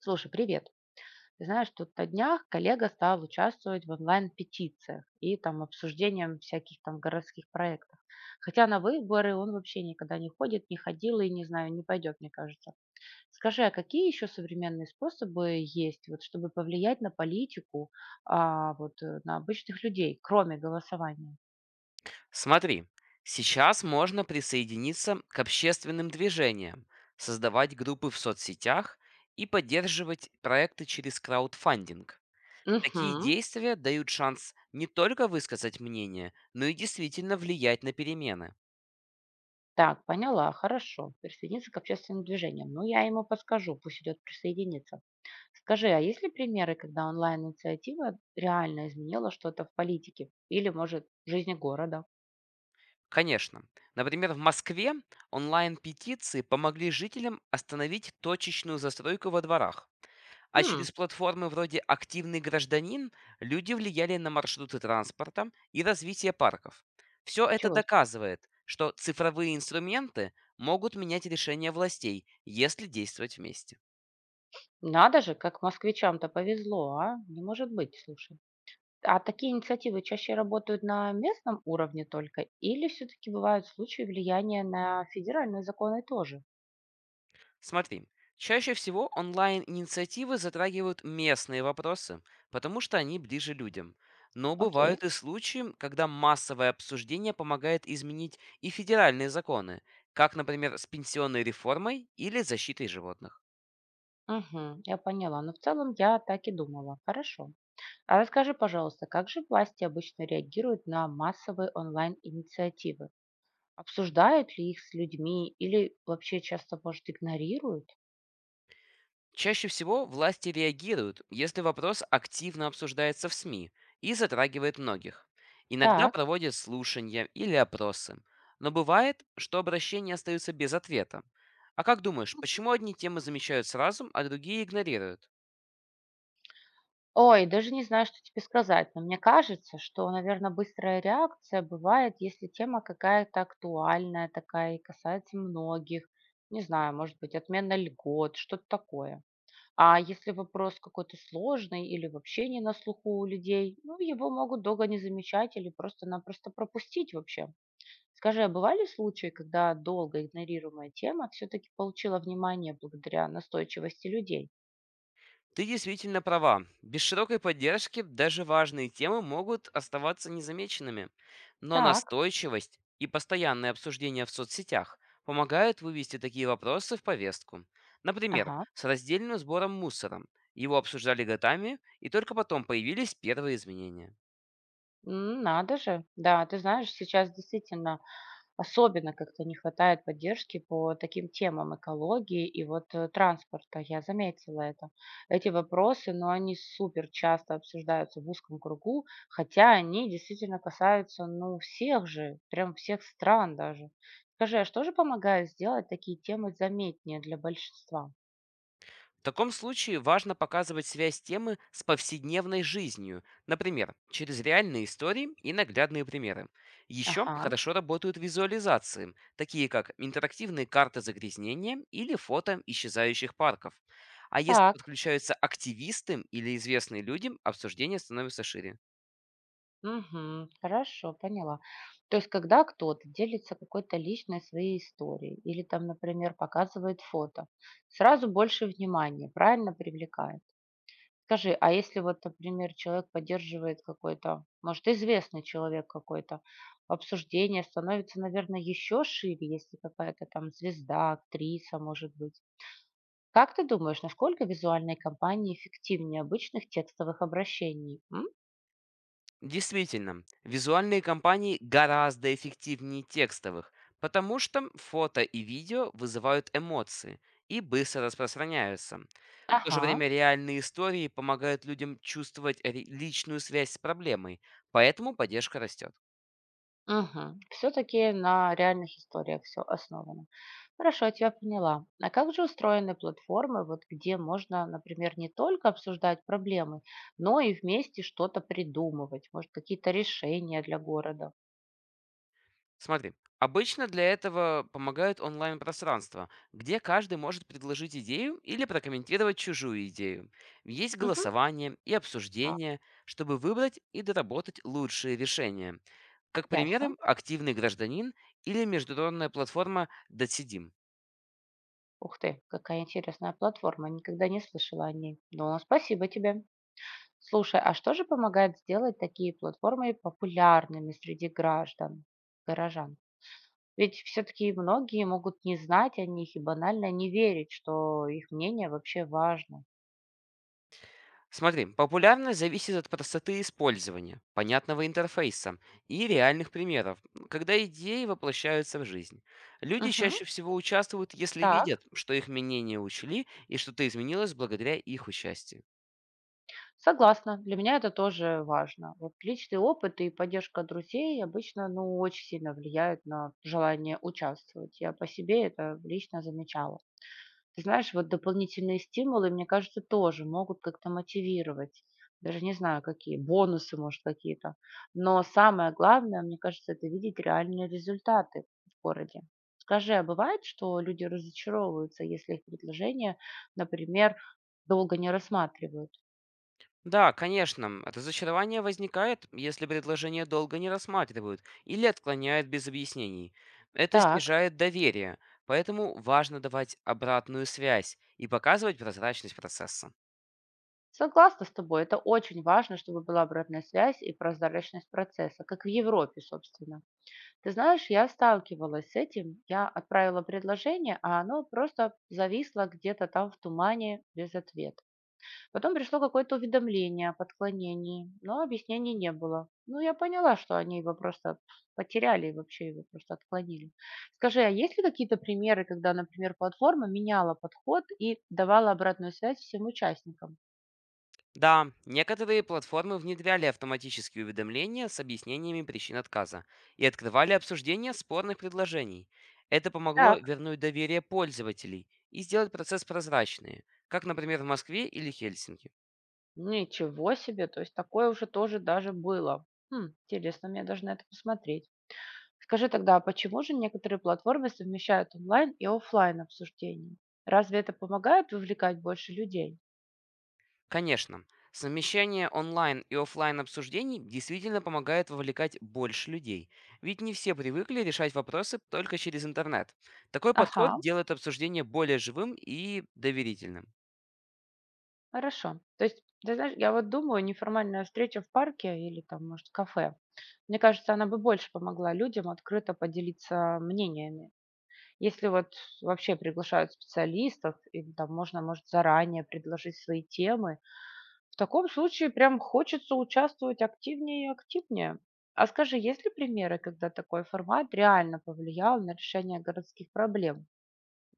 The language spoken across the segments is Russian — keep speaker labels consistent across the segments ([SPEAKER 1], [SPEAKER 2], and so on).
[SPEAKER 1] Слушай, привет. Ты знаешь, тут на днях коллега стал участвовать в онлайн-петициях и там обсуждением всяких там городских проектов. Хотя на выборы он вообще никогда не ходит, не ходил и, не знаю, не пойдет, мне кажется. Скажи, а какие еще современные способы есть, вот, чтобы повлиять на политику, а, вот, на обычных людей, кроме голосования?
[SPEAKER 2] Смотри, сейчас можно присоединиться к общественным движениям, создавать группы в соцсетях и поддерживать проекты через краудфандинг. Такие
[SPEAKER 1] Угу.
[SPEAKER 2] действия дают шанс не только высказать мнение, но и действительно влиять на перемены.
[SPEAKER 1] Так, поняла, хорошо. Присоединиться к общественным движениям. Ну, я ему подскажу, пусть идет присоединиться. Скажи, а есть ли примеры, когда онлайн-инициатива реально изменила что-то в политике или, может, в жизни города?
[SPEAKER 2] Конечно. Например, в Москве онлайн-петиции помогли жителям остановить точечную застройку во дворах. А
[SPEAKER 1] Хм,
[SPEAKER 2] через платформы вроде «Активный гражданин» люди влияли на маршруты транспорта и развитие парков. Все это
[SPEAKER 1] чего? Себе.
[SPEAKER 2] доказывает, что цифровые инструменты могут менять решения властей, если действовать вместе.
[SPEAKER 1] Надо же, как москвичам-то повезло, а? Не может быть, слушай. А такие инициативы чаще работают на местном уровне только или все-таки бывают случаи влияния на федеральные законы тоже?
[SPEAKER 2] Смотри, чаще всего онлайн-инициативы затрагивают местные вопросы, потому что они ближе людям. Но
[SPEAKER 1] Окей.
[SPEAKER 2] бывают и случаи, когда массовое обсуждение помогает изменить и федеральные законы, как, например, с пенсионной реформой или защитой животных.
[SPEAKER 1] Мгм, я поняла. Но в целом я так и думала. Хорошо. А расскажи, пожалуйста, как же власти обычно реагируют на массовые онлайн-инициативы? Обсуждают ли их с людьми или вообще часто, может, игнорируют?
[SPEAKER 2] Чаще всего власти реагируют, если вопрос активно обсуждается в СМИ и затрагивает многих. Иногда
[SPEAKER 1] Так.
[SPEAKER 2] проводят слушания или опросы. Но бывает, что обращения остаются без ответа. А как думаешь, почему одни темы замечают сразу, а другие игнорируют?
[SPEAKER 1] Ой, даже не знаю, что тебе сказать, но мне кажется, что, наверное, быстрая реакция бывает, если тема какая-то актуальная такая и касается многих. Не знаю, может быть, отмена льгот, что-то такое. А если вопрос какой-то сложный или вообще не на слуху у людей, ну, его могут долго не замечать или просто-напросто пропустить вообще. Скажи, а бывали случаи, когда долго игнорируемая тема все-таки получила внимание благодаря настойчивости людей?
[SPEAKER 2] Ты действительно права. Без широкой поддержки даже важные темы могут оставаться незамеченными. Но
[SPEAKER 1] Так,
[SPEAKER 2] настойчивость и постоянное обсуждение в соцсетях помогают вывести такие вопросы в повестку. Например,
[SPEAKER 1] ага.
[SPEAKER 2] с раздельным сбором мусора. Его обсуждали годами, и только потом появились первые изменения.
[SPEAKER 1] М, надо же. Да, ты знаешь, сейчас действительно особенно как-то не хватает поддержки по таким темам экологии и вот, транспорта. Я заметила это. Эти вопросы, но они супер часто обсуждаются в узком кругу, хотя они действительно касаются, ну, всех же, прям всех стран даже. Скажи, а что же помогает сделать такие темы заметнее для большинства?
[SPEAKER 2] В таком случае важно показывать связь темы с повседневной жизнью, например, через реальные истории и наглядные примеры. Еще
[SPEAKER 1] Ага,
[SPEAKER 2] хорошо работают визуализации, такие как интерактивные карты загрязнения или фото исчезающих парков. А если
[SPEAKER 1] так.
[SPEAKER 2] подключаются активисты или известные люди, обсуждение становится шире.
[SPEAKER 1] Мгм. Хорошо, поняла. То есть, когда кто-то делится какой-то личной своей историей или там, например, показывает фото, сразу больше внимания, правильно привлекает. Скажи, а если вот, например, человек поддерживает какой-то, может, известный человек какой-то, обсуждение становится, наверное, еще шире, если какая-то там звезда, актриса, может быть. Как ты думаешь, насколько визуальные кампании эффективнее обычных текстовых обращений? М?
[SPEAKER 2] Действительно, визуальные кампании гораздо эффективнее текстовых, потому что фото и видео вызывают эмоции и быстро распространяются. В то же
[SPEAKER 1] Ага.
[SPEAKER 2] время реальные истории помогают людям чувствовать личную связь с проблемой, поэтому поддержка растет.
[SPEAKER 1] Мгм. Всё-таки на реальных историях все основано. Хорошо, я тебя поняла. А как же устроены платформы, вот где можно, например, не только обсуждать проблемы, но и вместе что-то придумывать, может, какие-то решения для города?
[SPEAKER 2] Смотри, обычно для этого помогают онлайн-пространства, где каждый может предложить идею или прокомментировать чужую идею. Есть
[SPEAKER 1] Мгм.
[SPEAKER 2] голосование и
[SPEAKER 1] А.
[SPEAKER 2] обсуждение, чтобы выбрать и доработать лучшие решения. Как
[SPEAKER 1] Ясно.
[SPEAKER 2] примеры, активный гражданин или международная платформа «Досидим».
[SPEAKER 1] Ух ты, какая интересная платформа, никогда не слышала о ней. Ну, спасибо тебе. Слушай, а что же помогает сделать такие платформы популярными среди граждан, горожан? Ведь все-таки многие могут не знать о них и банально не верить, что их мнение вообще важно.
[SPEAKER 2] Смотри, популярность зависит от простоты использования, понятного интерфейса и реальных примеров, когда идеи воплощаются в жизнь. Люди
[SPEAKER 1] Мгм.
[SPEAKER 2] чаще всего участвуют, если
[SPEAKER 1] Так,
[SPEAKER 2] видят, что их мнение учли и что-то изменилось благодаря их участию.
[SPEAKER 1] согласна. Для меня это тоже важно. Вот личный опыт и поддержка друзей обычно, ну, очень сильно влияют на желание участвовать. Я по себе это лично замечала. Ты знаешь, вот дополнительные стимулы, мне кажется, тоже могут как-то мотивировать. Даже не знаю, какие, бонусы, может, какие-то. Но самое главное, мне кажется, это видеть реальные результаты в городе. Скажи, а бывает, что люди разочаровываются, если их предложение, например, долго не рассматривают?
[SPEAKER 2] Да, конечно, разочарование возникает, если предложение долго не рассматривают или отклоняют без объяснений. Это
[SPEAKER 1] Так,
[SPEAKER 2] снижает доверие, поэтому важно давать обратную связь и показывать прозрачность процесса.
[SPEAKER 1] согласна с тобой, это очень важно, чтобы была обратная связь и прозрачность процесса, как в Европе, собственно. Ты знаешь, я сталкивалась с этим. Я отправила предложение, а оно просто зависло где-то там в тумане без ответа. Потом пришло какое-то уведомление о подклонении, но объяснений не было. Ну, я поняла, что они его просто потеряли и вообще его просто отклонили. Скажи, а есть ли какие-то примеры, когда, например, платформа меняла подход и давала обратную связь всем участникам?
[SPEAKER 2] Да, некоторые платформы внедряли автоматические уведомления с объяснениями причин отказа и открывали обсуждение спорных предложений. Это помогло
[SPEAKER 1] Так,
[SPEAKER 2] вернуть доверие пользователей и сделать процесс прозрачнее, как, например, в Москве или Хельсинки.
[SPEAKER 1] ничего себе, то есть такое уже тоже даже было. Хм, интересно, мне даже на это посмотреть. Скажи тогда, а почему же некоторые платформы совмещают онлайн и оффлайн обсуждения? Разве это помогает вовлекать больше людей?
[SPEAKER 2] Конечно, совмещение онлайн и оффлайн обсуждений действительно помогает вовлекать больше людей, ведь не все привыкли решать вопросы только через интернет. Такой
[SPEAKER 1] Ага,
[SPEAKER 2] подход делает обсуждение более живым и доверительным.
[SPEAKER 1] хорошо. То есть, ты знаешь, я вот думаю, неформальная встреча в парке или там, может, в кафе, мне кажется, она бы больше помогла людям открыто поделиться мнениями. Если вот вообще приглашают специалистов, и там можно, может, заранее предложить свои темы, в таком случае прям хочется участвовать активнее и активнее. А скажи, есть ли примеры, когда такой формат реально повлиял на решение городских проблем?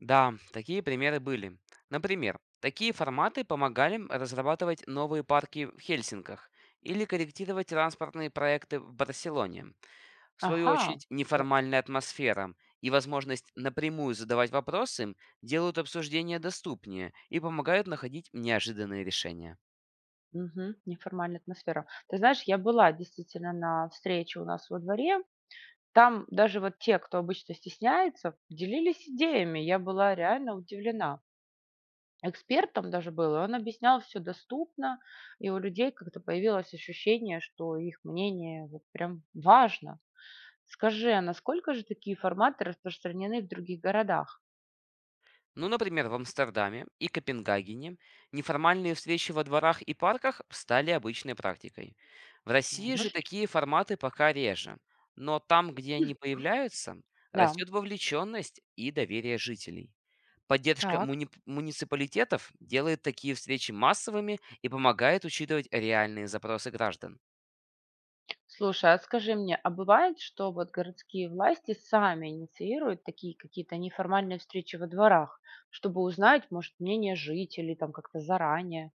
[SPEAKER 2] Да, такие примеры были. Например, такие форматы помогали разрабатывать новые парки в Хельсинках или корректировать транспортные проекты в Барселоне. В свою
[SPEAKER 1] Ага,
[SPEAKER 2] очередь,
[SPEAKER 1] я-
[SPEAKER 2] неформальная атмосфера и возможность напрямую задавать вопросы делают обсуждения доступнее и помогают находить неожиданные решения.
[SPEAKER 1] мгм, неформальная атмосфера. Ты знаешь, я была действительно на встрече у нас во дворе. Там даже вот те, кто обычно стесняется, делились идеями. Я была реально удивлена. Экспертом даже был, и он объяснял все доступно, и у людей как-то появилось ощущение, что их мнение вот прям важно. Скажи, а насколько же такие форматы распространены в других городах?
[SPEAKER 2] Ну, например, в Амстердаме и Копенгагене неформальные встречи во дворах и парках стали обычной практикой. В России
[SPEAKER 1] Надо
[SPEAKER 2] же
[SPEAKER 1] же.
[SPEAKER 2] такие форматы пока реже, но там, где они
[SPEAKER 1] Мгм.
[SPEAKER 2] появляются,
[SPEAKER 1] Да.
[SPEAKER 2] растет вовлеченность и доверие жителей. Поддержка
[SPEAKER 1] Так.
[SPEAKER 2] муниципалитетов делает такие встречи массовыми и помогает учитывать реальные запросы граждан.
[SPEAKER 1] Слушай, а скажи мне, а бывает, что вот городские власти сами инициируют такие какие-то неформальные встречи во дворах, чтобы узнать, может, мнение жителей там как-то заранее?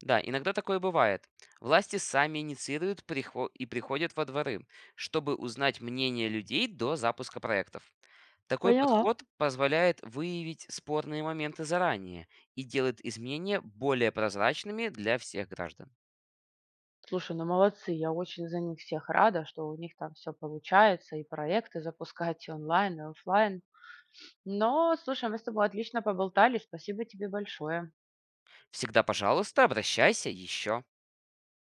[SPEAKER 2] Да, иногда такое бывает. Власти сами инициируют приходят во дворы, чтобы узнать мнение людей до запуска проектов. Такой
[SPEAKER 1] Поняла.
[SPEAKER 2] подход позволяет выявить спорные моменты заранее и делает изменения более прозрачными для всех граждан.
[SPEAKER 1] Слушай, ну молодцы, я очень за них всех рада, что у них там все получается, и проекты запускать и онлайн, и оффлайн. Но, слушай, мы с тобой отлично поболтали, спасибо тебе большое.
[SPEAKER 2] Всегда, пожалуйста, обращайся еще.